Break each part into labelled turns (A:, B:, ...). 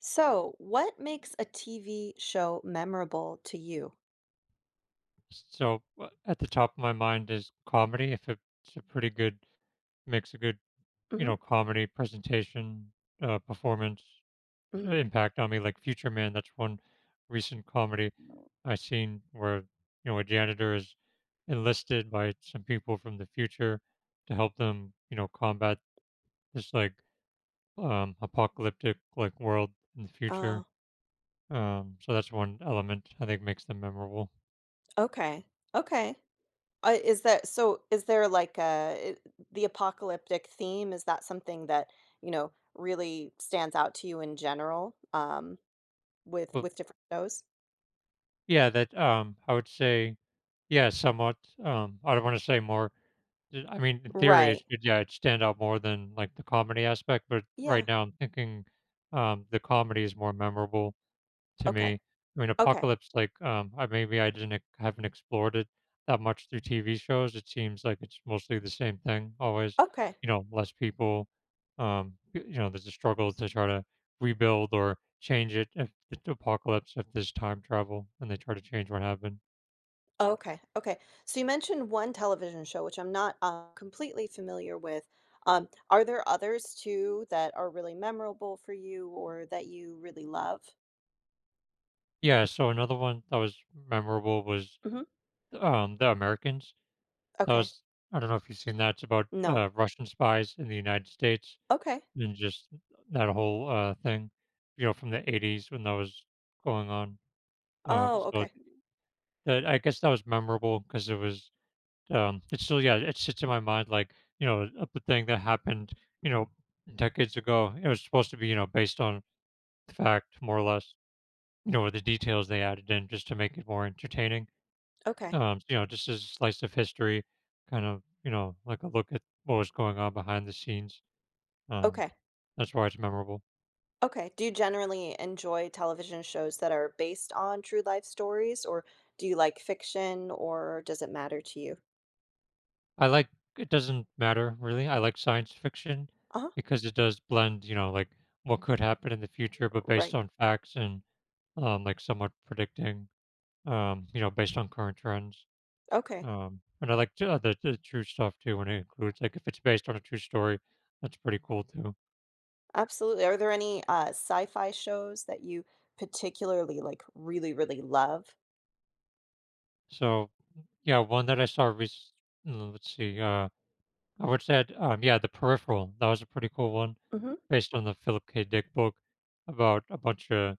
A: So, what makes a TV show memorable to you?
B: At the top of my mind is comedy. If it's a pretty good makes a good, you
A: Hmm.
B: know, comedy presentation, performance
A: Hmm.
B: impact on me, like Future Man, that's one recent comedy I seen where, you know, a janitor is enlisted by some people from the future to help them, you know, combat this like apocalyptic like world in the future.
A: Oh,
B: So that's one element I think makes them memorable.
A: okay. Okay. Is that so? Is there like the apocalyptic theme? Is that something that, really stands out to you in general, with
B: But
A: with different shows?
B: yeah, that I would say, yeah, somewhat. I don't want to say more. I mean, in theory, it
A: Right.
B: should yeah, it stand out more than like the comedy aspect. But
A: Yeah.
B: right now, I'm thinking the comedy is more memorable to
A: Okay.
B: me. I mean,
A: Okay.
B: Apocalypse, like, I maybe I didn't haven't explored it that much through TV shows. It seems like it's mostly the same thing, always.
A: Okay.
B: You know, less people. You know, there's a struggle to try to rebuild or change it if the apocalypse, if there's time travel, and they try to change what happened.
A: Oh, okay, okay. So you mentioned one television show, which I'm not completely familiar with. Are there others too that are really memorable for you or that you really love?
B: Yeah. So another one that was memorable was
A: Hmm.
B: The Americans. That
A: Okay.
B: was I don't know if you've seen that. It's about
A: No.
B: Russian spies in the United States
A: Okay.
B: and just that whole thing, you know, from the '80s when that was going on. Um,
A: Oh,
B: so
A: okay.
B: that I guess that was memorable because it was. It's still yeah, it sits in my mind like you know of the thing that happened you know decades ago. It was supposed to be you know based on fact more or less. You know with the details they added in just to make it more entertaining.
A: Okay.
B: You know just as a slice of history, kind of you know like a look at what was going on behind the scenes. Um,
A: Okay.
B: that's why it's memorable.
A: Okay. Do you generally enjoy television shows that are based on true life stories, or do you like fiction, or does it matter to you?
B: I like it doesn't matter really. I like science fiction
A: Uh-huh.
B: because it does blend, you know, like what could happen in the future, but based
A: Right.
B: on facts and like somewhat predicting, you know, based on current trends.
A: Okay.
B: And I like to, the true stuff too when it includes like if it's based on a true story, that's pretty cool too.
A: Absolutely. Are there any, sci-fi shows that you particularly, like, really, really love?
B: So yeah, one that I saw let's see, I would say yeah, The Peripheral. That was a pretty cool one
A: Mhm.
B: based on the Philip K. Dick book about a bunch of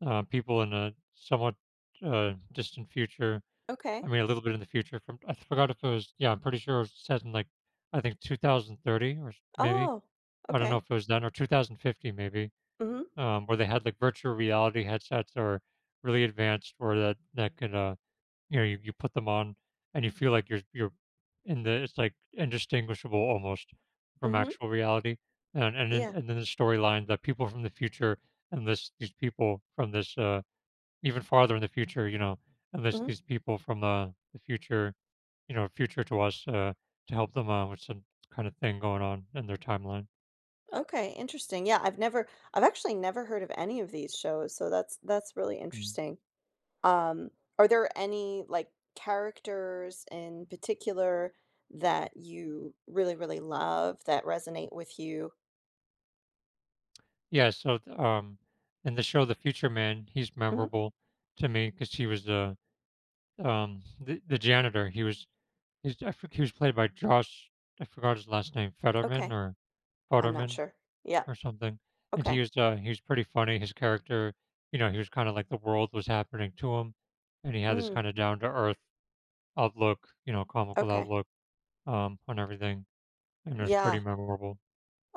B: people in a somewhat distant future.
A: Okay.
B: I mean, a little bit in the future. From I forgot if it was. Yeah, I'm pretty sure it was set in like I think 2030 or maybe
A: Oh,
B: I don't know
A: okay.
B: if it was then or 2050 maybe,
A: Mhm,
B: where they had like virtual reality headsets that were really advanced, where that could you know you put them on and you feel like you're in the it's like indistinguishable almost from
A: mhm.
B: actual reality. And and then-
A: Yeah.
B: and then the storyline that people from the future and this these people from this even farther in the future, you know, and there's
A: Mhm.
B: these people from the future, you know, future to us to help them out with some kind of thing going on in their timeline.
A: Okay, interesting. Yeah, I've actually never heard of any of these shows, so that's really
B: Mm.
A: interesting. Um, are there any, like, characters in particular that you really, really love that resonate with you?
B: Yeah, so th- um, in the show The Future Man, he's
A: Mhm.
B: memorable to me because he was the the janitor. He was he's I think he was played by Josh. I forgot his last name, Fetterman
A: Okay.
B: or
A: I'm not
B: Futterman
A: sure. Yeah.
B: or something. And
A: Okay.
B: he was pretty funny. His character, you know, he was kind of like the world was happening to him, and he had this
A: Mm,
B: kind of down to earth outlook, you know, comical
A: okay.
B: outlook on everything, and it was pretty
A: Yeah.
B: memorable.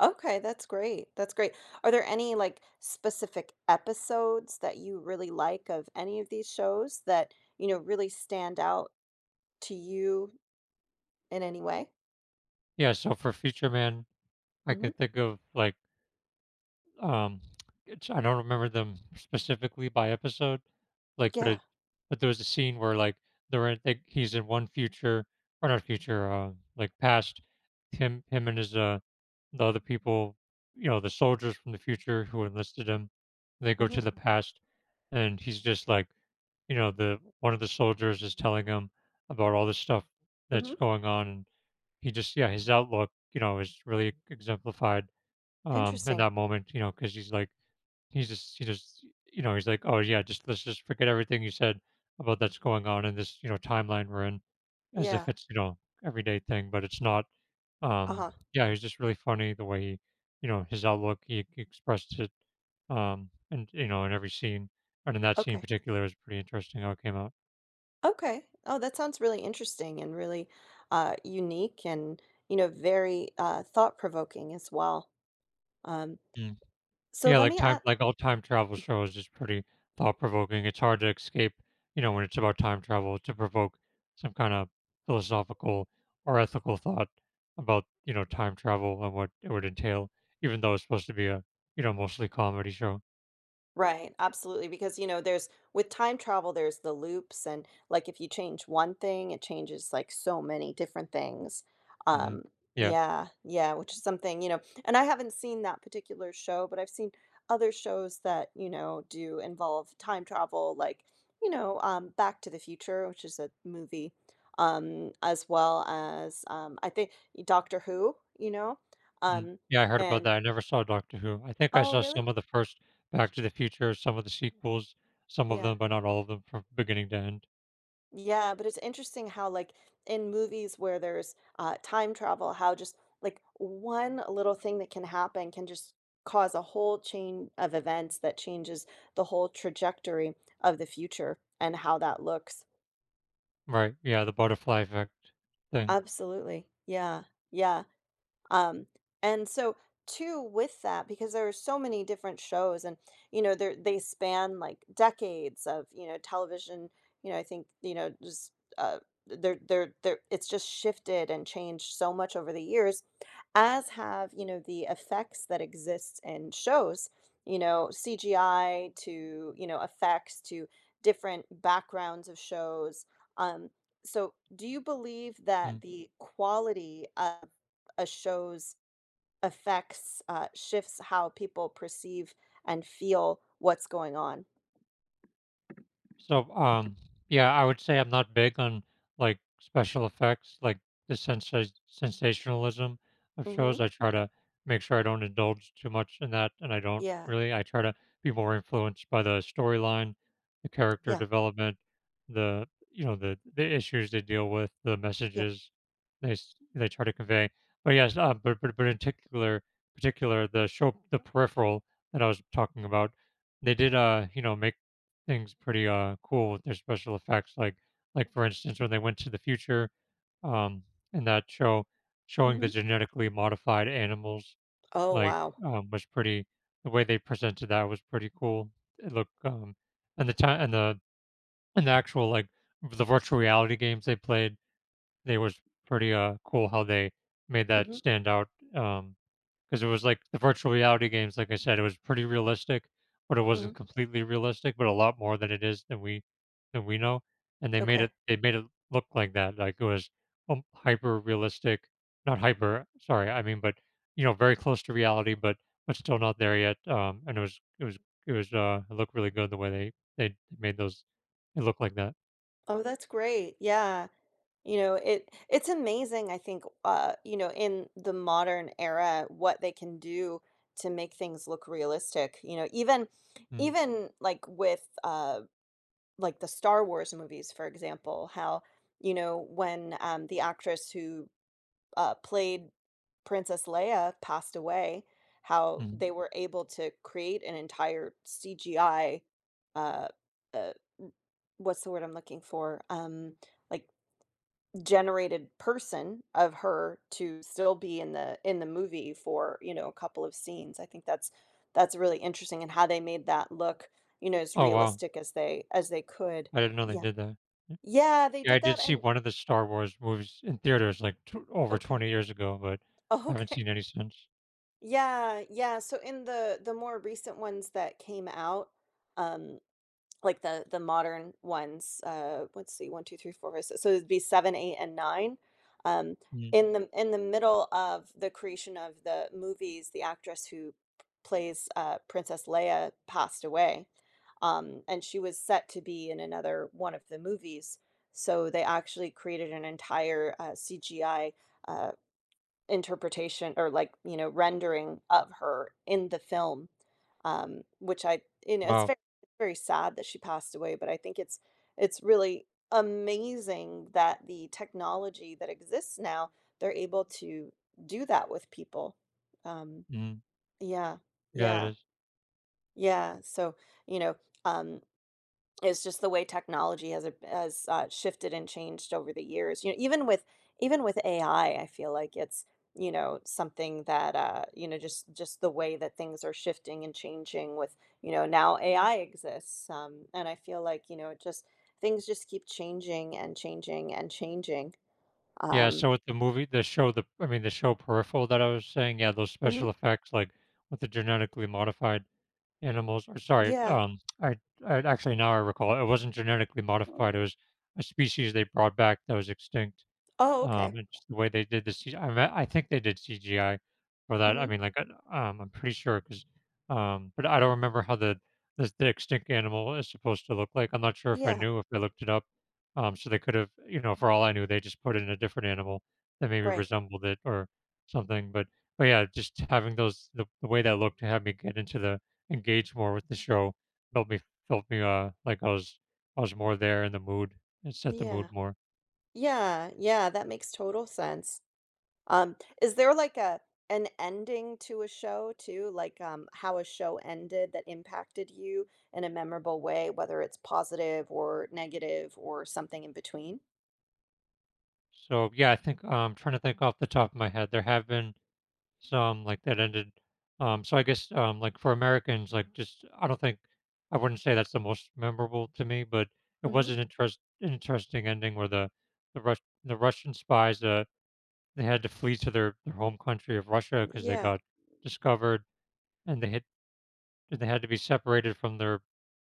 A: Okay, that's great. That's great. Are there any like specific episodes that you really like of any of these shows that, really stand out to you in any way?
B: Yeah. So for Future Man, I
A: Hmm.
B: can think of like um, it's, I don't remember them specifically by episode, like, but
A: Yeah.
B: it, but there was a scene where like they're in, like he's in one future or not future, like past him and his the other people, you know, the soldiers from the future who enlisted him, they go
A: Hmm.
B: to the past, and he's just like, you know, the one of the soldiers is telling him about all the stuff that's
A: Hmm.
B: going on, and he just, yeah, his outlook, you know, is really exemplified in
A: Interesting.
B: that moment, you know, because he's like, he's just he just you know, he's like, "Oh, yeah, just let's just forget everything you said about that's going on in this, you know, timeline we're in," as if
A: Yeah.
B: it's, you know, everyday thing, but it's not. Um,
A: Uh-huh.
B: yeah, he's just really funny the way he, you know, his outlook, he expressed it, and, you know, in every scene, and in that scene in
A: Okay.
B: particular, it was pretty interesting how it came out.
A: Okay. Oh, that sounds really interesting and really unique and, very thought-provoking as well. Um,
B: Mm.
A: so
B: Yeah,
A: let
B: like
A: me a-
B: time like all time travel shows is pretty thought provoking. It's hard to escape, you know, when it's about time travel to provoke some kind of philosophical or ethical thought about, you know, time travel and what it would entail, even though it's supposed to be a, you know, mostly comedy show.
A: Right, absolutely. Because, there's with time travel, there's the loops, and like if you change one thing, it changes like so many different things.
B: Hmm.
A: Um,
B: Yeah.
A: yeah, yeah, which is something, and I haven't seen that particular show, but I've seen other shows that, do involve time travel, like, Back to the Future, which is a movie, as well as I think Doctor Who, you know,
B: Mhm.
A: um,
B: Yeah, I heard about
A: and
B: that. I never saw Doctor Who. I think I
A: oh,
B: saw
A: really?
B: some of the first Back to the Future, some of the sequels, some of
A: Yeah.
B: them, but not all of them from beginning to end.
A: Yeah, but it's interesting how, like, in movies where there's time travel, how just like one little thing that can happen can just cause a whole chain of events that changes the whole trajectory of the future and how that looks.
B: Right. Yeah, the butterfly effect thing.
A: Absolutely. Yeah. Yeah. Um, and so too with that, because there are so many different shows and they span like decades of, television, I think, just uh they're it's just shifted and changed so much over the years, as have, the effects that exist in shows, CGI to, effects to different backgrounds of shows. Um, so do you believe that the quality of a show's affects shifts how people perceive and feel what's going on.
B: So, yeah, I would say I'm not big on like special effects, like the sensationalism of
A: Mhm.
B: shows. I try to make sure I don't indulge too much in that, and I don't
A: Yeah.
B: really. I try to be more influenced by the storyline, the character
A: Yeah.
B: development, the you know the issues they deal with, the
A: Yep.
B: messages they try to convey. But yes, but in particular, particular the show, the Peripheral that I was talking about, they did you know make things pretty cool with their special effects. Like for instance, when they went to the future, um, in that show, showing the
A: Mhm.
B: genetically modified animals
A: Oh,
B: like
A: wow.
B: was pretty. The way they presented that was pretty cool. It looked and the time and the actual like the virtual reality games they played, they was pretty cool how they made that
A: Mhm.
B: stand out. Um, because it was like the virtual reality games, like I said, it was pretty realistic, but it wasn't
A: Mhm.
B: completely realistic, but a lot more than it is than we know. And they made
A: Okay.
B: it they made it look like that, like it was hyper realistic, not hyper. Sorry, I mean, but you know, very close to reality, but still not there yet. And it was it was it was It looked really good the way they made those it look like that.
A: Oh, that's great. Yeah. It's amazing, I think, in the modern era, what they can do to make things look realistic. Even like with like the Star Wars movies, for example, how, when the actress who played Princess Leia passed away, how
B: Mm-hmm.
A: they were able to create an entire CGI uh, uh what's the word I'm looking for? Like generated person of her to still be in the movie for, a couple of scenes. I think that's really interesting and how they made that look, as
B: Oh wow,
A: realistic as they could.
B: I didn't know they
A: Yeah.
B: did that.
A: Yeah, they
B: Yeah, I
A: did that
B: did see
A: and
B: one of the Star Wars movies in theaters, like, tw over
A: okay.
B: 20 years ago, but
A: Oh,
B: I haven't
A: okay.
B: seen any since.
A: Yeah, yeah. So in the more recent ones that came out, um Like the modern ones, let's see, 1, two, three, four, five, six. So it'd be 7, 8, and 9. Um,
B: Mm.
A: in the middle of the creation of the movies, the actress who plays, Princess Leia passed away, and she was set to be in another one of the movies, so they actually created an entire, CGI, uh interpretation or rendering of her in the film which I you know it's
B: Wow.
A: very, very sad that she passed away, but I think it's really amazing that the technology that exists now they're able to do that with people um
B: Mhm.
A: yeah,
B: Yeah, it
A: yeah,
B: is.
A: yeah, you know um it's just the way technology has shifted and changed over the years. Even with AI, I feel like it's, something that just the way that things are shifting and changing with, now AI exists. And I feel like, it just things just keep changing and changing and changing.
B: Yeah,
A: Um,
B: so with the movie the show the I mean, the show Peripheral that I was saying, yeah, those
A: mhm,
B: special effects, like, with the genetically modified animals or sorry,
A: yeah.
B: I actually, now I recall, it wasn't genetically
A: Yeah.
B: modified, it
A: Mm,
B: was a species they brought back that was extinct.
A: oh, okay.
B: And just the way they did the CGI. Me I think they did CGI for that, I
A: Hmm.
B: mean, I'm pretty sure, cause, but I don't remember how the extinct animal is supposed to look like, I'm not sure if I
A: Yeah,
B: knew if I looked it up, so they could've you know, for all I knew, they just put in a different animal that maybe
A: right.
B: resembled it or something, but yeah, just having those the way that looked to have me get into the engage more with the show, felt me like I was more there in the mood, it set the mood
A: Yeah.
B: more.
A: Yeah, yeah, that makes total sense. Is there like a an ending to a show too, like how a show ended that impacted you in a memorable way, whether it's positive or negative or something in between?
B: So yeah, I think I'm trying to think off the top of my head. There have been some like that ended. I guess like for Americans, like just I don't think I wouldn't say that's the most memorable to me, but it
A: Hmm.
B: was an interesting ending where the Russian spies they had to flee to their home country of Russia because they
A: Yeah.
B: got discovered and they had to be separated from their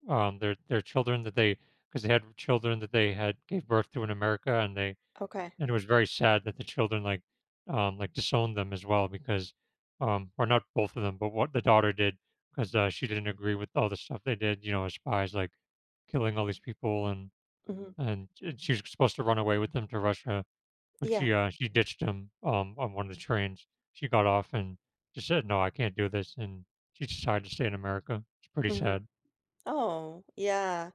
B: their children that they because they had children that they had gave birth to in America and they
A: Okay.
B: and it was very sad that the children like disowned them as well because or not both of them but what the daughter did because she didn't agree with all the stuff they did you know as spies like killing all these people
A: Hmm.
B: and she was supposed to run away with them to Russia but
A: Yeah.
B: she ditched him on one of the trains she got off and just said no I can't do this and she decided to stay in America, it's pretty
A: Hmm.
B: sad.
A: Oh, yeah.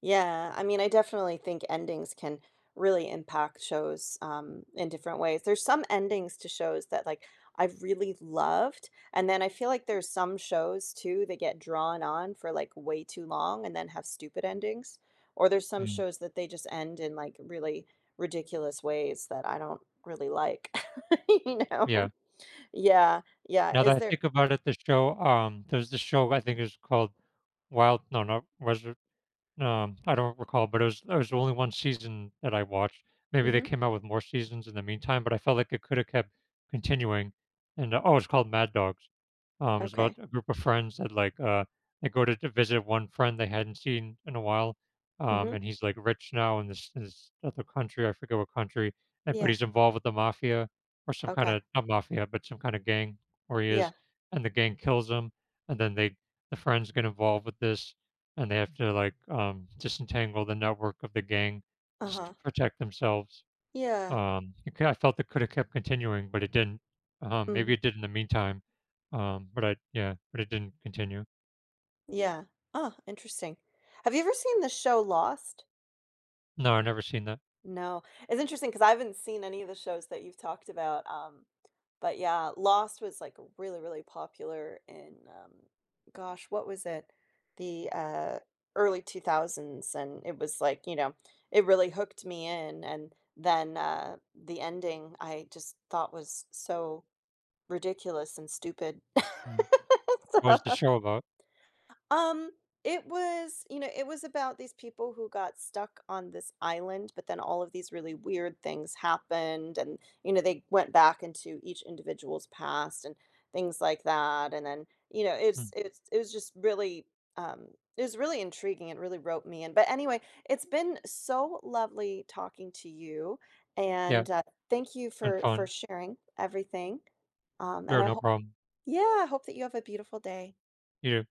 A: Yeah, I mean, I definitely think endings can really impact shows in different ways. There's some endings to shows that like I've really loved, and then I feel like there's some shows too that get drawn on for like way too long and then have stupid endings. Or there's some
B: Mm.
A: shows that they just end in like really ridiculous ways that I don't really like. You know?
B: Yeah,
A: Yeah, yeah.
B: now that
A: Is
B: I
A: there?
B: think about it the show there's this show I think is called Wild no not was. I don't recall, but it was the only one season that I watched. Maybe they
A: Mm-hmm.
B: came out with more seasons in the meantime, but I felt like it could have kept continuing. And oh, it's called Mad Dogs. It's
A: Okay.
B: about a group of friends that like they go to visit one friend they hadn't seen in a while.
A: Mm-hmm.
B: And he's like rich now in this other country. I forget what country, and, but
A: Yeah.
B: he's involved with the mafia or some kind
A: Okay.
B: of not mafia, but some kind of gang where he
A: Yeah.
B: is. And the gang kills him, and then the friends get involved with this and they have to like disentangle the network of the gang just
A: Uh-huh.
B: to protect themselves.
A: Yeah.
B: I felt it could have kept continuing, but it didn't.
A: Mm-hmm.
B: Maybe it did in the meantime, but I yeah, but it didn't continue.
A: Yeah. Oh, interesting. Have you ever seen the show Lost?
B: No, I've never seen that.
A: No. It's interesting because I haven't seen any of the shows that you've talked about. But yeah, Lost was like really, really popular in, gosh, what was it? The early 2000s. And it was like, it really hooked me in. And then the ending I just thought was so ridiculous and stupid.
B: Mm. What was the
A: So-
B: show about?
A: Um, it was, it was about these people who got stuck on this island, but then all of these really weird things happened and they went back into each individual's past and things like that. And then,
B: Mm.
A: um it was really intriguing. It really roped me in. But anyway, it's been so lovely talking to you
B: Yeah,
A: and thank you
B: it's been
A: for
B: fun.
A: sharing everything. And
B: Sure,
A: I
B: no
A: hope
B: problem.
A: yeah, I hope that you have a beautiful day.
B: You